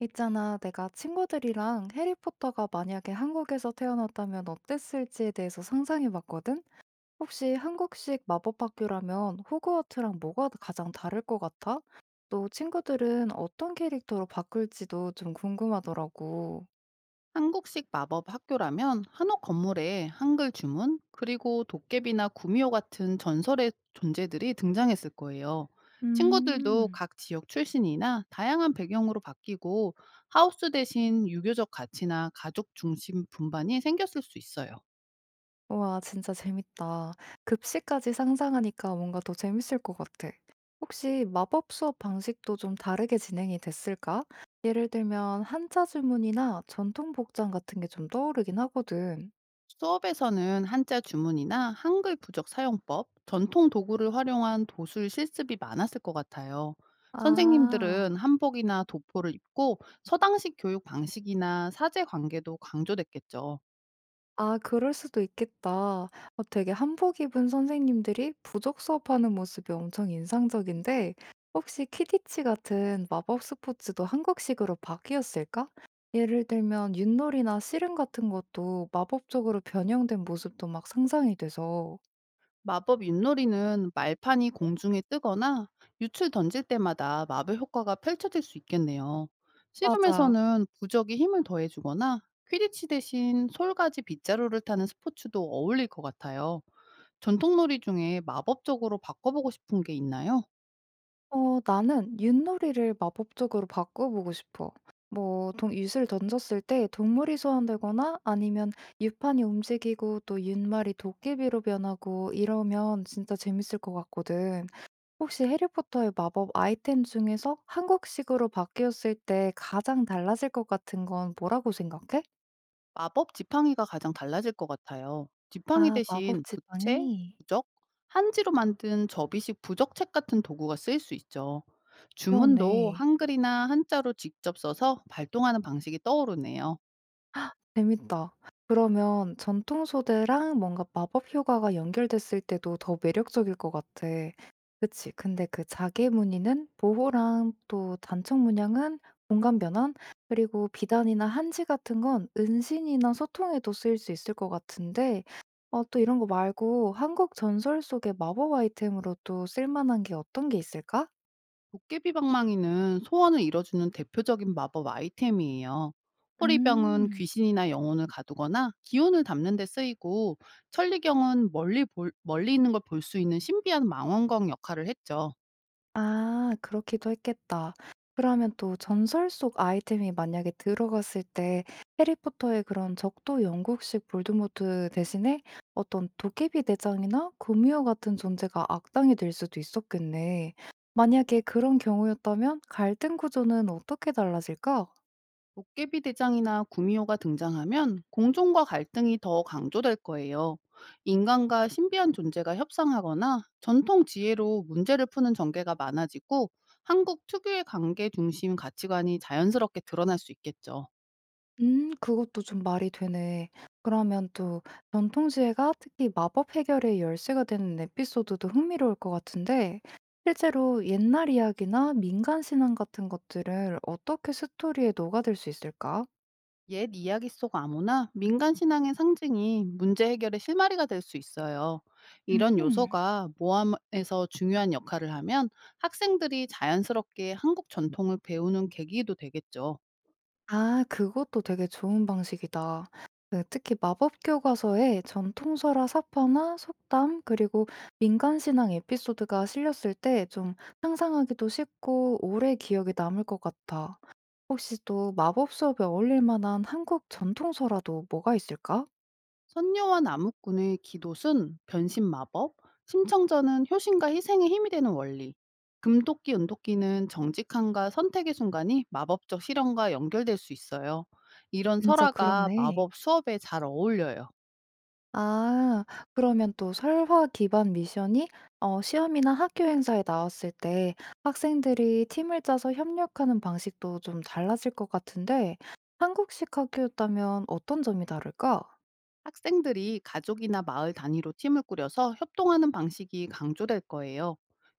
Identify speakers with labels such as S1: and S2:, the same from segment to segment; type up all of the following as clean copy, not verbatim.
S1: 있잖아, 내가 친구들이랑 해리포터가 만약에 한국에서 태어났다면 어땠을지에 대해서 상상해 봤거든? 혹시 한국식 마법 학교라면 호그와트랑 뭐가 가장 다를 것 같아? 또 친구들은 어떤 캐릭터로 바꿀지도 좀 궁금하더라고.
S2: 한국식 마법 학교라면 한옥 건물에 한글 주문, 그리고 도깨비나 구미호 같은 전설의 존재들이 등장했을 거예요. 친구들도
S1: 음.
S2: 각 지역 출신이나 다양한 배경으로 바뀌고 하우스 대신 유교적 가치나 가족 중심 분반이 생겼을 수 있어요.
S1: 우와 진짜 재밌다. 급식까지 상상하니까 뭔가 더 재밌을 것 같아. 혹시 마법 수업 방식도 좀 다르게 진행이 됐을까? 예를 들면 한자 주문이나 전통 복장 같은 게 좀 떠오르긴 하거든.
S2: 수업에서는 한자 주문이나 한글 부적 사용법, 전통 도구를 활용한 도술 실습이 많았을 것 같아요.
S1: 아.
S2: 선생님들은 한복이나 도포를 입고 서당식 교육 방식이나 사제 관계도 강조됐겠죠.
S1: 아 그럴 수도 있겠다. 되게 한복 입은 선생님들이 부족 수업하는 모습이 엄청 인상적인데 혹시 키디치 같은 마법 스포츠도 한국식으로 바뀌었을까? 예를 들면 윷놀이나 씨름 같은 것도 마법적으로 변형된 모습도 막 상상이 돼서
S2: 마법 윷놀이는 말판이 공중에 뜨거나 윷을 던질 때마다 마법 효과가 펼쳐질 수 있겠네요.
S1: 맞아.
S2: 씨름에서는 부적이 힘을 더해주거나 퀴디치 대신 솔가지 빗자루를 타는 스포츠도 어울릴 것 같아요. 전통놀이 중에 마법적으로 바꿔보고 싶은 게 있나요?
S1: 나는 윷놀이를 마법적으로 바꿔보고 싶어. 뭐 동 윷을 던졌을 때 동물이 소환되거나 아니면 윷판이 움직이고 또 윷말이 도깨비로 변하고 이러면 진짜 재밌을 것 같거든. 혹시 해리포터의 마법 아이템 중에서 한국식으로 바뀌었을 때 가장 달라질 것 같은 건 뭐라고 생각해?
S2: 마법 지팡이가 가장 달라질 것 같아요. 지팡이
S1: 아 마법
S2: 대신 부채,
S1: 지팡이.
S2: 부적, 한지로 만든 접이식 부적책 같은 도구가 쓰일 수 있죠. 주문도
S1: 그러네.
S2: 한글이나 한자로 직접 써서 발동하는 방식이 떠오르네요.
S1: 재밌다. 그러면 전통 소재랑 뭔가 마법 효과가 연결됐을 때도 더 매력적일 것 같아. 그치. 근데 그 자개 무늬는 보호랑 또 단청 문양은 공간 변환, 그리고 비단이나 한지 같은 건 은신이나 소통에도 쓰일 수 있을 것 같은데, 또 이런 거 말고 한국 전설 속의 마법 아이템으로 또 쓸만한 게 어떤 게 있을까?
S2: 도깨비 방망이는 소원을 이뤄주는 대표적인 마법 아이템이에요. 호리병은
S1: 음.
S2: 귀신이나 영혼을 가두거나 기운을 담는 데 쓰이고 천리경은 멀리 있는 걸 볼 수 있는 신비한 망원경 역할을 했죠.
S1: 아 그렇기도 했겠다. 그러면 또 전설 속 아이템이 만약에 들어갔을 때 해리포터의 그런 적도 영국식 볼드모트 대신에 어떤 도깨비 대장이나 구미호 같은 존재가 악당이 될 수도 있었겠네. 만약에 그런 경우였다면 갈등 구조는 어떻게 달라질까?
S2: 도깨비 대장이나 구미호가 등장하면 공존과 갈등이 더 강조될 거예요. 인간과 신비한 존재가 협상하거나 전통 지혜로 문제를 푸는 전개가 많아지고 한국 특유의 관계 중심 가치관이 자연스럽게 드러날 수 있겠죠.
S1: 그것도 좀 말이 되네. 그러면 또 전통지혜가 특히 마법 해결의 열쇠가 되는 에피소드도 흥미로울 것 같은데 실제로 옛날 이야기나 민간 신앙 같은 것들을 어떻게 스토리에 녹아들 수 있을까?
S2: 옛 이야기 속 암호나 민간 신앙의 상징이 문제 해결의 실마리가 될 수 있어요. 이런
S1: 음
S2: 요소가 모함에서 중요한 역할을 하면 학생들이 자연스럽게 한국 전통을 배우는 계기도 되겠죠.
S1: 아, 그것도 되게 좋은 방식이다. 그 특히 마법 교과서에 전통설화 사파나 속담 그리고 민간 신앙 에피소드가 실렸을 때 좀 상상하기도 쉽고 오래 기억에 남을 것 같아. 혹시 또 마법 수업에 어울릴 만한 한국 전통서라도 뭐가 있을까?
S2: 선녀와 나무꾼의 기도순, 변신 마법, 심청전은 효신과 희생의 힘이 되는 원리, 금도끼, 은도끼는 정직함과 선택의 순간이 마법적 실현과 연결될 수 있어요. 이런
S1: 진짜
S2: 설화가
S1: 그렇네.
S2: 마법 수업에 잘 어울려요.
S1: 아 그러면 또 설화 기반 미션이 시험이나 학교 행사에 나왔을 때 학생들이 팀을 짜서 협력하는 방식도 좀 달라질 것 같은데 한국식 학교였다면 어떤 점이 다를까?
S2: 학생들이 가족이나 마을 단위로 팀을 꾸려서 협동하는 방식이 강조될 거예요.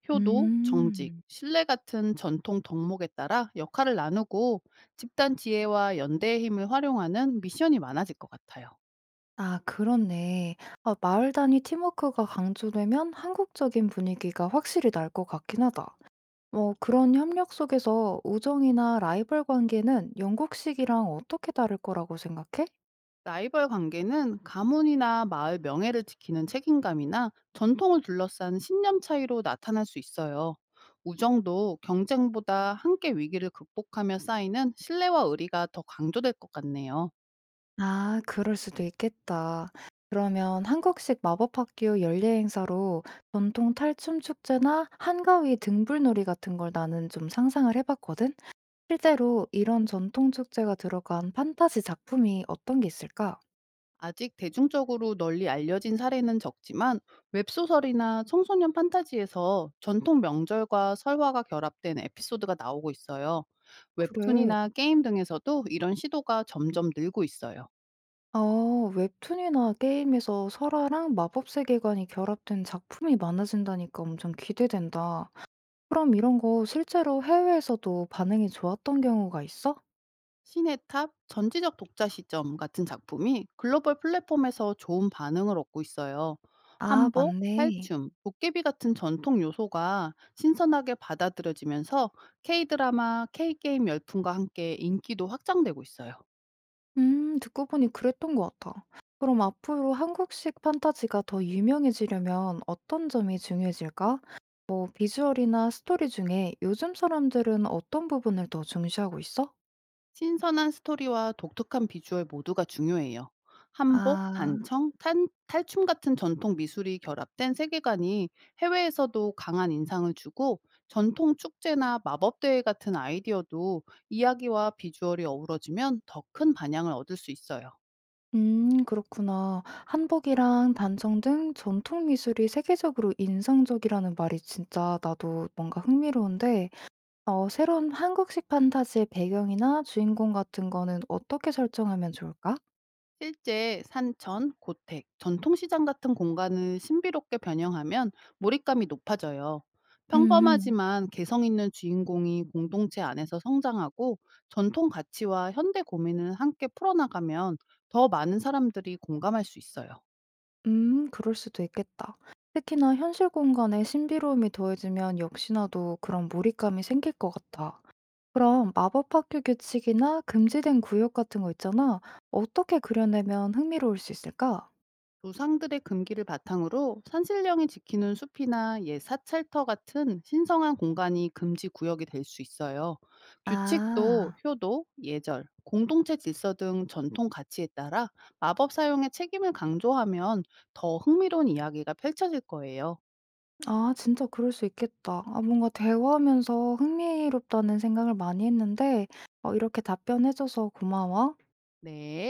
S2: 효도, 정직,
S1: 음.
S2: 신뢰 같은 전통 덕목에 따라 역할을 나누고 집단 지혜와 연대의 힘을 활용하는 미션이 많아질 것 같아요.
S1: 아 그렇네. 아 마을 단위 팀워크가 강조되면 한국적인 분위기가 확실히 날 것 같긴 하다. 뭐 그런 협력 속에서 우정이나 라이벌 관계는 영국식이랑 어떻게 다를 거라고 생각해?
S2: 라이벌 관계는 가문이나 마을 명예를 지키는 책임감이나 전통을 둘러싼 신념 차이로 나타날 수 있어요. 우정도 경쟁보다 함께 위기를 극복하며 쌓이는 신뢰와 의리가 더 강조될 것 같네요.
S1: 아, 그럴 수도 있겠다. 그러면 한국식 마법학교 연례 행사로 전통 탈춤 축제나 한가위 등불놀이 같은 걸 나는 좀 상상을 해봤거든? 실제로 이런 전통 축제가 들어간 판타지 작품이 어떤 게 있을까?
S2: 아직 대중적으로 널리 알려진 사례는 적지만 웹소설이나 청소년 판타지에서 전통 명절과 설화가 결합된 에피소드가 나오고 있어요.
S1: 그래.
S2: 웹툰이나 게임 등에서도 이런 시도가 점점 늘고 있어요.
S1: 웹툰이나 게임에서 설화랑 마법 세계관이 결합된 작품이 많아진다니까 엄청 기대된다. 그럼 이런 거 실제로 해외에서도 반응이 좋았던 경우가 있어?
S2: 신의 탑, 전지적 독자 시점 같은 작품이 글로벌 플랫폼에서 좋은 반응을 얻고 있어요.
S1: 아,
S2: 한복,
S1: 맞네.
S2: 탈춤, 도깨비 같은 전통 요소가 신선하게 받아들여지면서 K 드라마, K 게임 열풍과 함께 인기도 확장되고 있어요.
S1: 듣고 보니 그랬던 것 같아. 그럼 앞으로 한국식 판타지가 더 유명해지려면 어떤 점이 중요해질까? 뭐, 비주얼이나 스토리 중에 요즘 사람들은 어떤 부분을 더 중시하고 있어?
S2: 신선한 스토리와 독특한 비주얼 모두가 중요해요. 한복,
S1: 아,
S2: 단청, 탄, 탈춤 같은 전통 미술이 결합된 세계관이 해외에서도 강한 인상을 주고 전통 축제나 마법대회 같은 아이디어도 이야기와 비주얼이 어우러지면 더 큰 반향을 얻을 수 있어요.
S1: 그렇구나. 한복이랑 단정 등 전통 미술이 세계적으로 인상적이라는 말이 진짜 나도 뭔가 흥미로운데, 새로운 한국식 판타지의 배경이나 주인공 같은 거는 어떻게 설정하면 좋을까?
S2: 실제 산천, 고택, 전통시장 같은 공간을 신비롭게 변형하면 몰입감이 높아져요.
S1: 음,
S2: 평범하지만 개성 있는 주인공이 공동체 안에서 성장하고 전통 가치와 현대 고민을 함께 풀어나가면 더 많은 사람들이 공감할 수 있어요.
S1: 그럴 수도 있겠다. 특히나 현실 공간에 신비로움이 더해지면 역시나도 그런 몰입감이 생길 것 같아. 그럼 마법 학교 규칙이나 금지된 구역 같은 거 있잖아. 어떻게 그려내면 흥미로울 수 있을까?
S2: 조상들의 금기를 바탕으로 산신령이 지키는 숲이나 옛 사찰터 같은 신성한 공간이 금지 구역이 될 수 있어요. 규칙도
S1: 아,
S2: 효도, 예절, 공동체 질서 등 전통 가치에 따라 마법 사용의 책임을 강조하면 더 흥미로운 이야기가 펼쳐질 거예요.
S1: 아, 진짜 그럴 수 있겠다. 아, 뭔가 대화하면서 흥미롭다는 생각을 많이 했는데, 이렇게 답변해줘서 고마워.
S2: 네.